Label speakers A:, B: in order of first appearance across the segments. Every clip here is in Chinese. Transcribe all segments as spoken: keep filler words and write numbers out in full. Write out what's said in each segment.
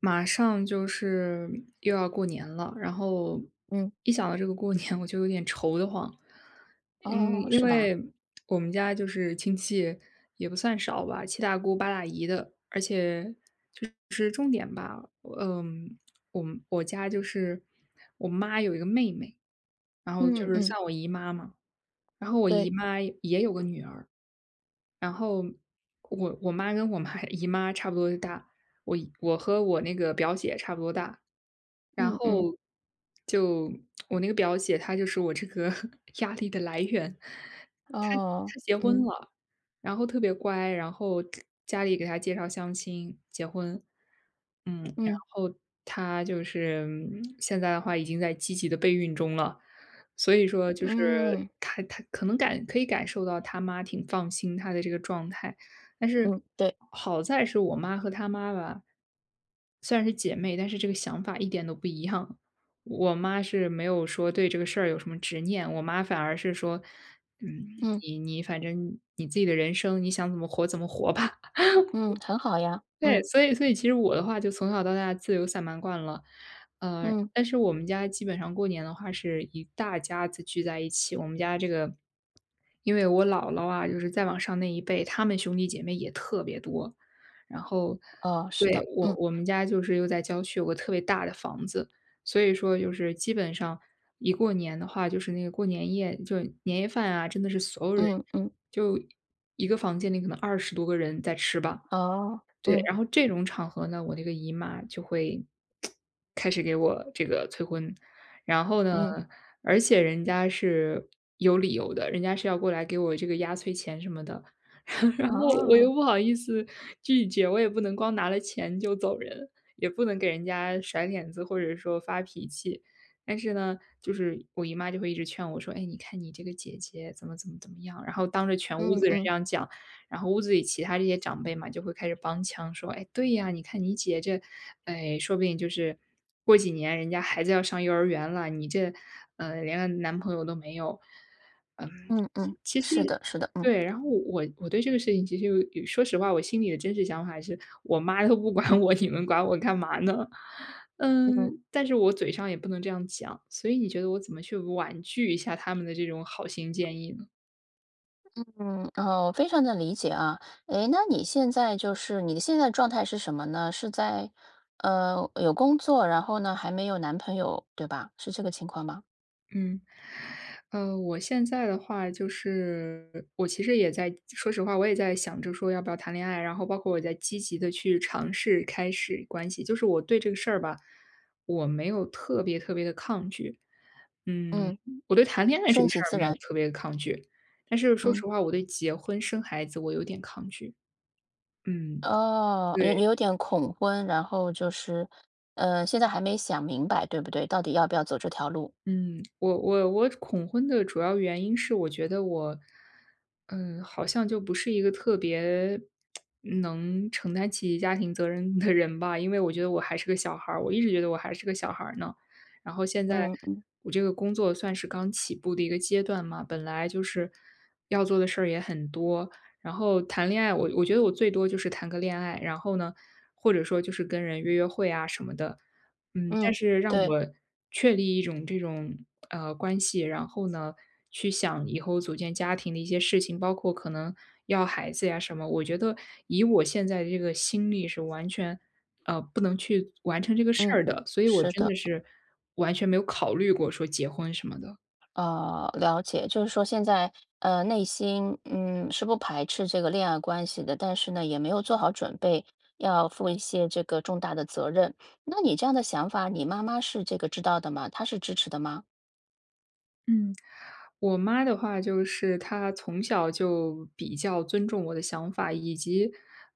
A: 马上就是又要过年了，然后
B: 嗯。
A: 一想到这个过年，我就有点愁得慌。嗯，
B: 哦，
A: 因
B: 是吧？
A: 为我们家就是亲戚也不算少吧，七大姑八大姨的，而且就是重点吧，嗯，呃我们我家就是我妈有一个妹妹，然后就
B: 嗯
A: 是
B: 嗯。
A: 算我姨妈嘛，然后我姨
B: 对。
A: 妈也有个女儿，然后我我妈跟我妈 姨妈差不多大，我一我和我那个表姐差不多大，然
B: 嗯嗯。
A: 后就我那个表姐她就是我这个 压力的来源，她
B: 哦。
A: 她结婚
B: 嗯
A: 了，然后特别乖，然后家里给她介绍相亲结婚，嗯，然
B: 嗯
A: 后她就是嗯现在的话已经在积极的备孕中了，所以说就是
B: 嗯
A: 她她可能感可以感受到她妈挺放心她的这个状态。但是
B: 嗯。对。
A: 好在是我妈和她妈吧，虽然是姐妹，但是这个想法一点都不一样。我妈是没有说对这个事儿有什么执念，我妈反而是说，嗯，
B: 嗯
A: 你你反正你自己的人生，你想怎么活怎么活吧。
B: 嗯，很好呀。
A: 对，
B: 嗯
A: 所以所以其实我的话就从小到大自由散漫惯了，呃，
B: 嗯，
A: 但是我们家基本上过年的话是一大家子聚在一起。我们家这个，因为我姥姥啊，就是再往上那一辈，他们兄弟姐妹也特别多。然后，
B: 哦，是
A: 对，
B: 的。
A: 我
B: 嗯
A: 我们家就是又在郊区有个特别大的房子，所以说就是基本上一过年的话，就是那个过年夜，就年夜饭啊，真的是所有人
B: 嗯嗯。
A: 就一个房间里可能二十多个人在吃吧。
B: 哦。
A: 对，
B: 嗯
A: 然后这种场合呢，我那个姨妈就会开始给我这个催婚。然后呢，
B: 嗯。
A: 而且人家是有理由的，人家是要过来给我这个压岁钱什么的。然后我
B: 哦。
A: 又不好意思拒绝，我也不能光拿了钱就走人，也不能给人家甩脸子或者说发脾气。但是呢，就是我姨妈就会一直劝我说：“哎，你看你这个姐姐怎么怎么怎么样。”然后当着全屋
B: 嗯
A: 子人这
B: 嗯
A: 样讲，然后屋子里其他这些长辈嘛，就会开始帮腔说：“哎，对呀，你看你姐这，哎，说不定就是过几年人家孩子要上幼儿园了，你这，呃，连个男朋友都没有。”嗯，
B: 嗯嗯，
A: 其其实
B: 是的，是的。嗯
A: 对，然后我我对这个事情其实有有说实话，我心里的真实想法是：“我妈都不管我，你们管我干嘛呢？”
B: 嗯
A: 嗯，但是我嘴上也不能这样讲，所以你觉得我怎么去婉拒一下他们的这种好心建议呢？
B: 嗯。哦，非常的理解啊。诶，那你现在就是你的现在状态是什么呢？是在呃有工作，然后呢还没有男朋友，对吧？是这个情况吗？
A: 嗯，呃，我现在的话就是我其实也在说实话，我也在想着说要不要谈恋爱，然后包括我在积极的去尝试开始关系。就是我对这个事儿吧，我没有特别特别的抗拒。嗯，
B: 嗯，
A: 我对谈恋爱这
B: 顺
A: 个事
B: 其
A: 儿
B: 自
A: 没有
B: 然。
A: 特别的抗拒，但是说
B: 嗯。
A: 实话，我对结婚生孩子我有点抗拒。嗯，
B: 哦，
A: 对。
B: 有有点恐婚，然后就是，呃，现在还没想明白，对不对？到底要不要走这条路？
A: 嗯，我我我恐婚的主要原因是我觉得我，嗯，好像就不是一个特别能承担起家庭责任的人吧，因为我觉得我还是个小孩儿，我一直觉得我还是个小孩儿呢。然后现在
B: 嗯嗯
A: 我这个工作算是刚起步的一个阶段嘛，本来就是要做的事儿也很多，然后谈恋爱，我我觉得我最多就是谈个恋爱，然后呢，或者说就是跟人约约会啊什么的。嗯，但
B: 嗯。
A: 是让
B: 对。
A: 我确立一种这种呃关系，然后呢，去想以后组建家庭的一些事情，包括可能要孩子呀什么，我觉得以我现在的这个心力是完全呃不能去完成这个事
B: 嗯，
A: 儿的，所以我
B: 是
A: 真
B: 的。
A: 的是完全没有考虑过说结婚什么的。
B: 呃，了解。就是说现在，呃，内心，嗯，是不排斥这个恋爱关系的，但是呢，也没有做好准备，要负一些这个重大的责任。那你这样的想法，你妈妈是这个知道的吗？她是支持的吗？
A: 嗯。我妈的话就是她从小就比较尊重我的想法，以及，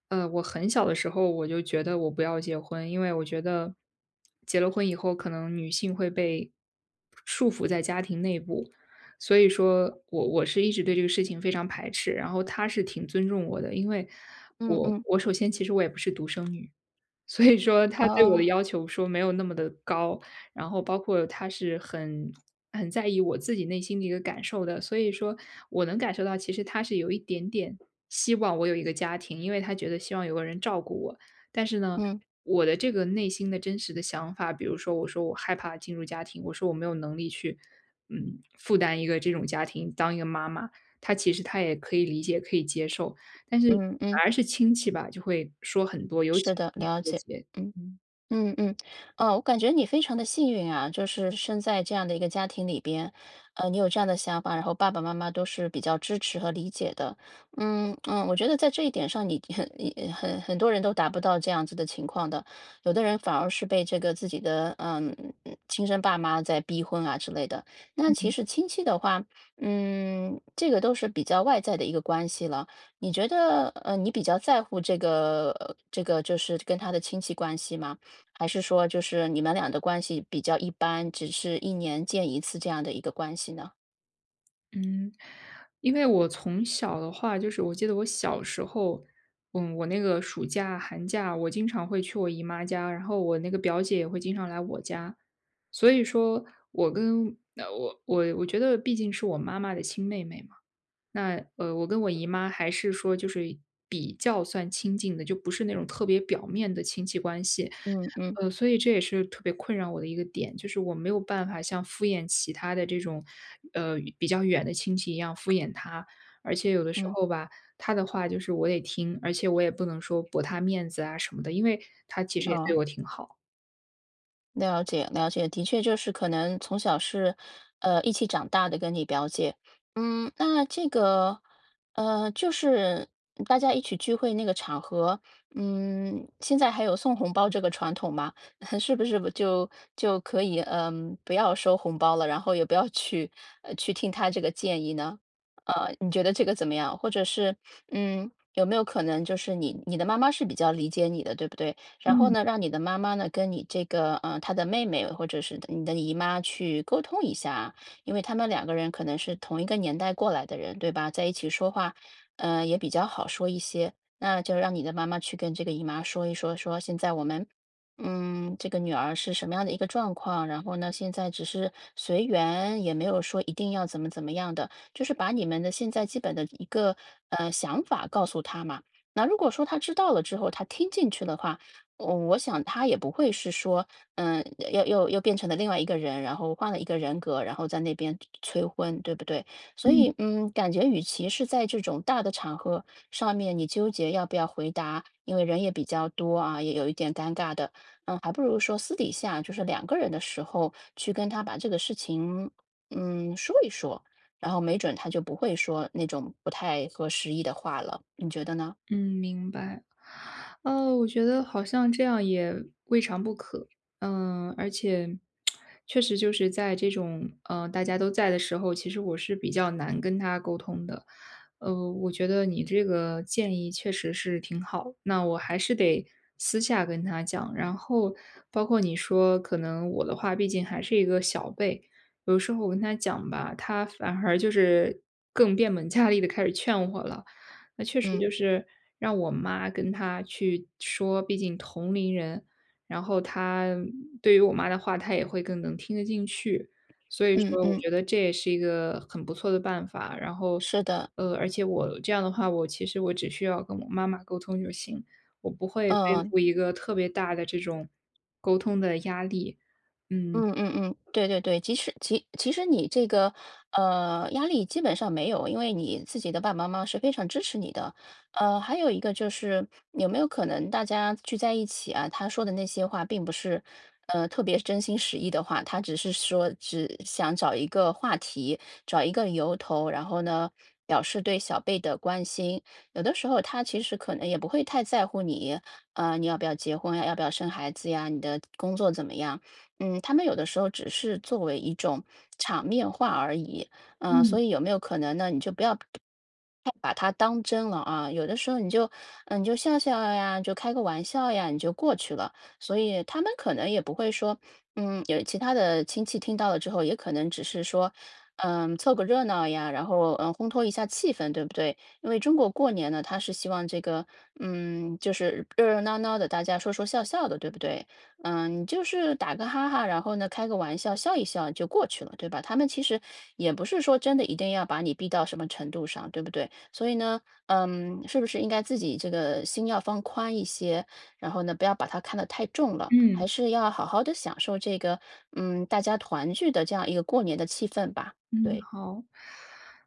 A: 呃，我很小的时候我就觉得我不要结婚，因为我觉得结了婚以后，可能女性会被束缚在家庭内部，所以说我我是一直对这个事情非常排斥，然后她是挺尊重我的，因为
B: 嗯
A: 我
B: 嗯。
A: 我首先其实我也不是独生女，所以说他对我
B: 哦。
A: 的要求说没有那么的高，然后包括他是很很在意我自己内心的一个感受的。所以说我能感受到，其实他是有一点点希望我有一个家庭，因为他觉得希望有个人照顾我。但是呢，
B: 嗯
A: 我的这个内心的真实的想法，比如说我说我害怕进入家庭，我说我没有能力去，嗯，负担一个这种家庭，当一个妈妈，他其实他也可以理解、可以接受。但是
B: 嗯嗯，
A: 反而是亲戚吧，就会说很多，尤其
B: 是
A: 是
B: 的，
A: 年
B: 了
A: 过
B: 解。
A: 节。
B: 嗯。
A: 嗯。
B: 嗯嗯，呃，我感觉你非常的幸运啊，就是生在这样的一个家庭里边，呃，你有这样的想法，然后爸爸妈妈都是比较支持和理解的。嗯嗯，我觉得在这一点上你，很你很很多人都达不到这样子的情况的，有的人反而是被这个自己的嗯亲生爸妈在逼婚啊之类的。那其实亲戚的话，嗯，这个都是比较外在的一个关系了。你觉得，呃，你比较在乎这个，呃这个就是跟他的亲戚关系吗？还是说就是你们俩的关系比较一般，只是一年见一次这样的一个关系呢？
A: 嗯，因为我从小的话，就是我记得我小时候，嗯，我那个暑假、寒假，我经常会去我姨妈家，然后我那个表姐也会经常来我家。所以说我跟呃，我我我觉得毕竟是我妈妈的亲妹妹嘛，那呃，我跟我姨妈还是说就是比较算亲近的，就不是那种特别表面的亲戚关系。
B: 嗯嗯
A: 呃，所以这也是特别困扰我的一个点，就是我没有办法像敷衍其他的这种，呃，比较远的亲戚一样敷衍他。而且有的时
B: 嗯。
A: 候吧，他的话就是我得听，而且我也不能说驳他面子啊什么的，因为他其实也对
B: 哦。
A: 我挺好。
B: 了解，了解，的确就是可能从小是，呃，一起长大的，跟你表姐。嗯，那这个，呃，就是大家一起聚会那个场合，嗯，现在还有送红包这个传统吗？是不是不就就可以，嗯，不要收红包了，然后也不要去，呃，去听他这个建议呢？呃，你觉得这个怎么样？或者是，嗯，有没有可能就是你你的妈妈是比较理解你的，对不对？然后
A: 嗯。
B: 呢，让你的妈妈呢跟你这个呃她的妹妹或者是你的姨妈去沟通一下，因为他们两个人可能是同一个年代过来的人，对吧？在一起说话，呃也比较好说一些。那就让你的妈妈去跟这个姨妈说一说，说现在我们，嗯，这个女儿是什么样的一个状况，然后呢，现在只是随缘，也没有说一定要怎么怎么样的，就是把你们的现在基本的一个呃想法告诉她嘛。那如果说她知道了之后，她听进去的话，我我想他也不会是说，嗯，又又又变成了另外一个人，然后换了一个人格，然后在那边催婚，对不对？所
A: 嗯。
B: 以，嗯，感觉与其是在这种大的场合上面，你纠结要不要回答，因为人也比较多啊，也有一点尴尬的，嗯，还不如说私底下，就是两个人的时候去跟他把这个事情，嗯，说一说，然后没准他就不会说那种不太合时宜的话了，你觉得呢？
A: 嗯，明白。呃，我觉得好像这样也未尝不可。嗯，而且确实就是在这种呃大家都在的时候，其实我是比较难跟他沟通的。呃，我觉得你这个建议确实是挺好，那我还是得私下跟他讲。然后包括你说，可能我的话毕竟还是一个小辈，有时候我跟他讲吧，他反而就是更变本加厉的开始劝我了。那确实
B: 嗯
A: 就是让我妈跟她去说，毕竟同龄人，然后她对于我妈的话，她也会更能听得进去。所以
B: 嗯
A: 说我
B: 嗯，
A: 觉得这也是一个很不错的办法，然后，
B: 是的。
A: 呃，而且我这样的话，我其实我只需要跟我妈妈沟通就行，我不会背
B: 嗯。
A: 负一个特别大的这种沟通的压力。嗯
B: 嗯嗯嗯，对对对，其实其其实你这个呃压力基本上没有，因为你自己的爸爸妈妈是非常支持你的。呃，还有一个就是有没有可能大家聚在一起啊，他说的那些话并不是呃特别真心实意的话，他只是说只想找一个话题，找一个由头，然后呢表示对小辈的关心。有的时候他其实可能也不会太在乎你，呃，你要不要结婚呀，要不要生孩子呀，你的工作怎么样。嗯，他们有的时候只是作为一种场面话而已。嗯，所以有没有可能呢？你就不要把它当真了啊，有的时候你就，嗯，你就笑笑呀，就开个玩笑呀，你就过去了。所以他们可能也不会说，嗯，有其他的亲戚听到了之后，也可能只是说，嗯，凑个热闹呀，然后嗯，烘托一下气氛，对不对？因为中国过年呢，他是希望这个，嗯，就是热热闹闹的，大家说说笑笑的，对不对？嗯，你就是打个哈哈，然后呢，开个玩笑，笑一笑就过去了，对吧？他们其实也不是说真的一定要把你逼到什么程度上，对不对？所以呢，嗯，是不是应该自己这个心要放宽一些，然后呢，不要把它看得太重了，
A: 嗯。
B: 还是要好好的享受这个，嗯，大家团聚的这样一个过年的气氛吧。
A: 嗯，
B: 对。
A: 好。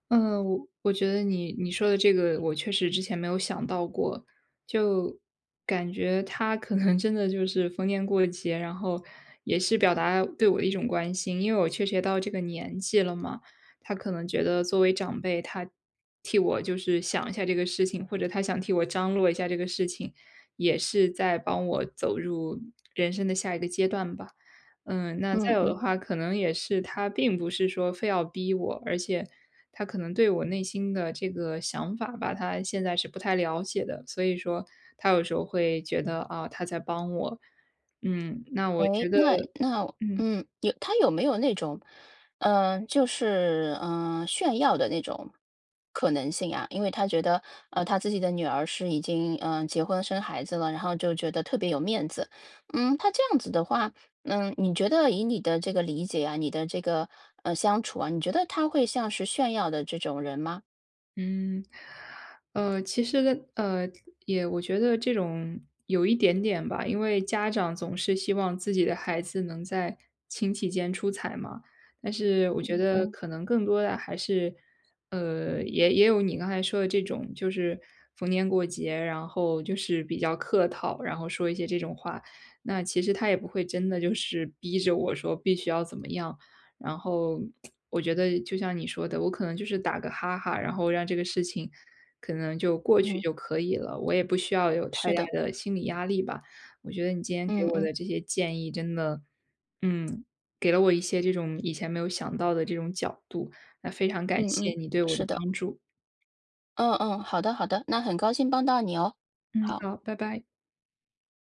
A: 嗯，我我觉得你你说的这个，我确实之前没有想到过，就感觉他可能真的就是逢年过节，然后也是表达对我的一种关心，因为我确实也到这个年纪了嘛，他可能觉得作为长辈，他替我就是想一下这个事情，或者他想替我张罗一下这个事情，也是在帮我走入人生的下一个阶段吧。嗯，那再
B: 嗯
A: 有
B: 嗯。
A: 的话，可能也是他并不是说非要逼我，而且他可能对我内心的这个想法吧，他现在是不太了解的，所以说他有时候会觉得啊，他在帮我。嗯，那我
B: 哎，
A: 觉得
B: 那那
A: 嗯。
B: 嗯，有他有没有那种，嗯，就是，嗯呃炫耀的那种可能性啊？因为他觉得，呃，他自己的女儿是已经，嗯呃结婚生孩子了，然后就觉得特别有面子。嗯，他这样子的话，嗯，你觉得以你的这个理解啊，你的这个，呃，相处啊，你觉得他会像是炫耀的这种人吗？
A: 嗯，呃，其实，呃，也我觉得这种有一点点吧，因为家长总是希望自己的孩子能在亲戚间出彩嘛。但是我觉
B: 嗯
A: 得
B: 嗯
A: 可能更多的还是，呃，也也有你刚才说的这种，就是逢年过节，然后就是比较客套，然后说一些这种话。那其实他也不会真的就是逼着我说必须要怎么样，然后我觉得就像你说的，我可能就是打个哈哈，然后让这个事情可能就过去
B: 嗯，
A: 就可以了，我也不需要有太
B: 是
A: 大
B: 的。
A: 的心理压力吧。我觉得你今天给
B: 嗯
A: 我
B: 嗯
A: 的这些建议真的，嗯，给了我一些这种以前没有想到的这种角度，那非常感
B: 嗯
A: 谢
B: 嗯，
A: 你对我的
B: 是的。
A: 帮助。
B: 嗯嗯，好的好的，那很高兴帮到你哦。
A: 嗯，
B: 好。
A: 好，拜拜。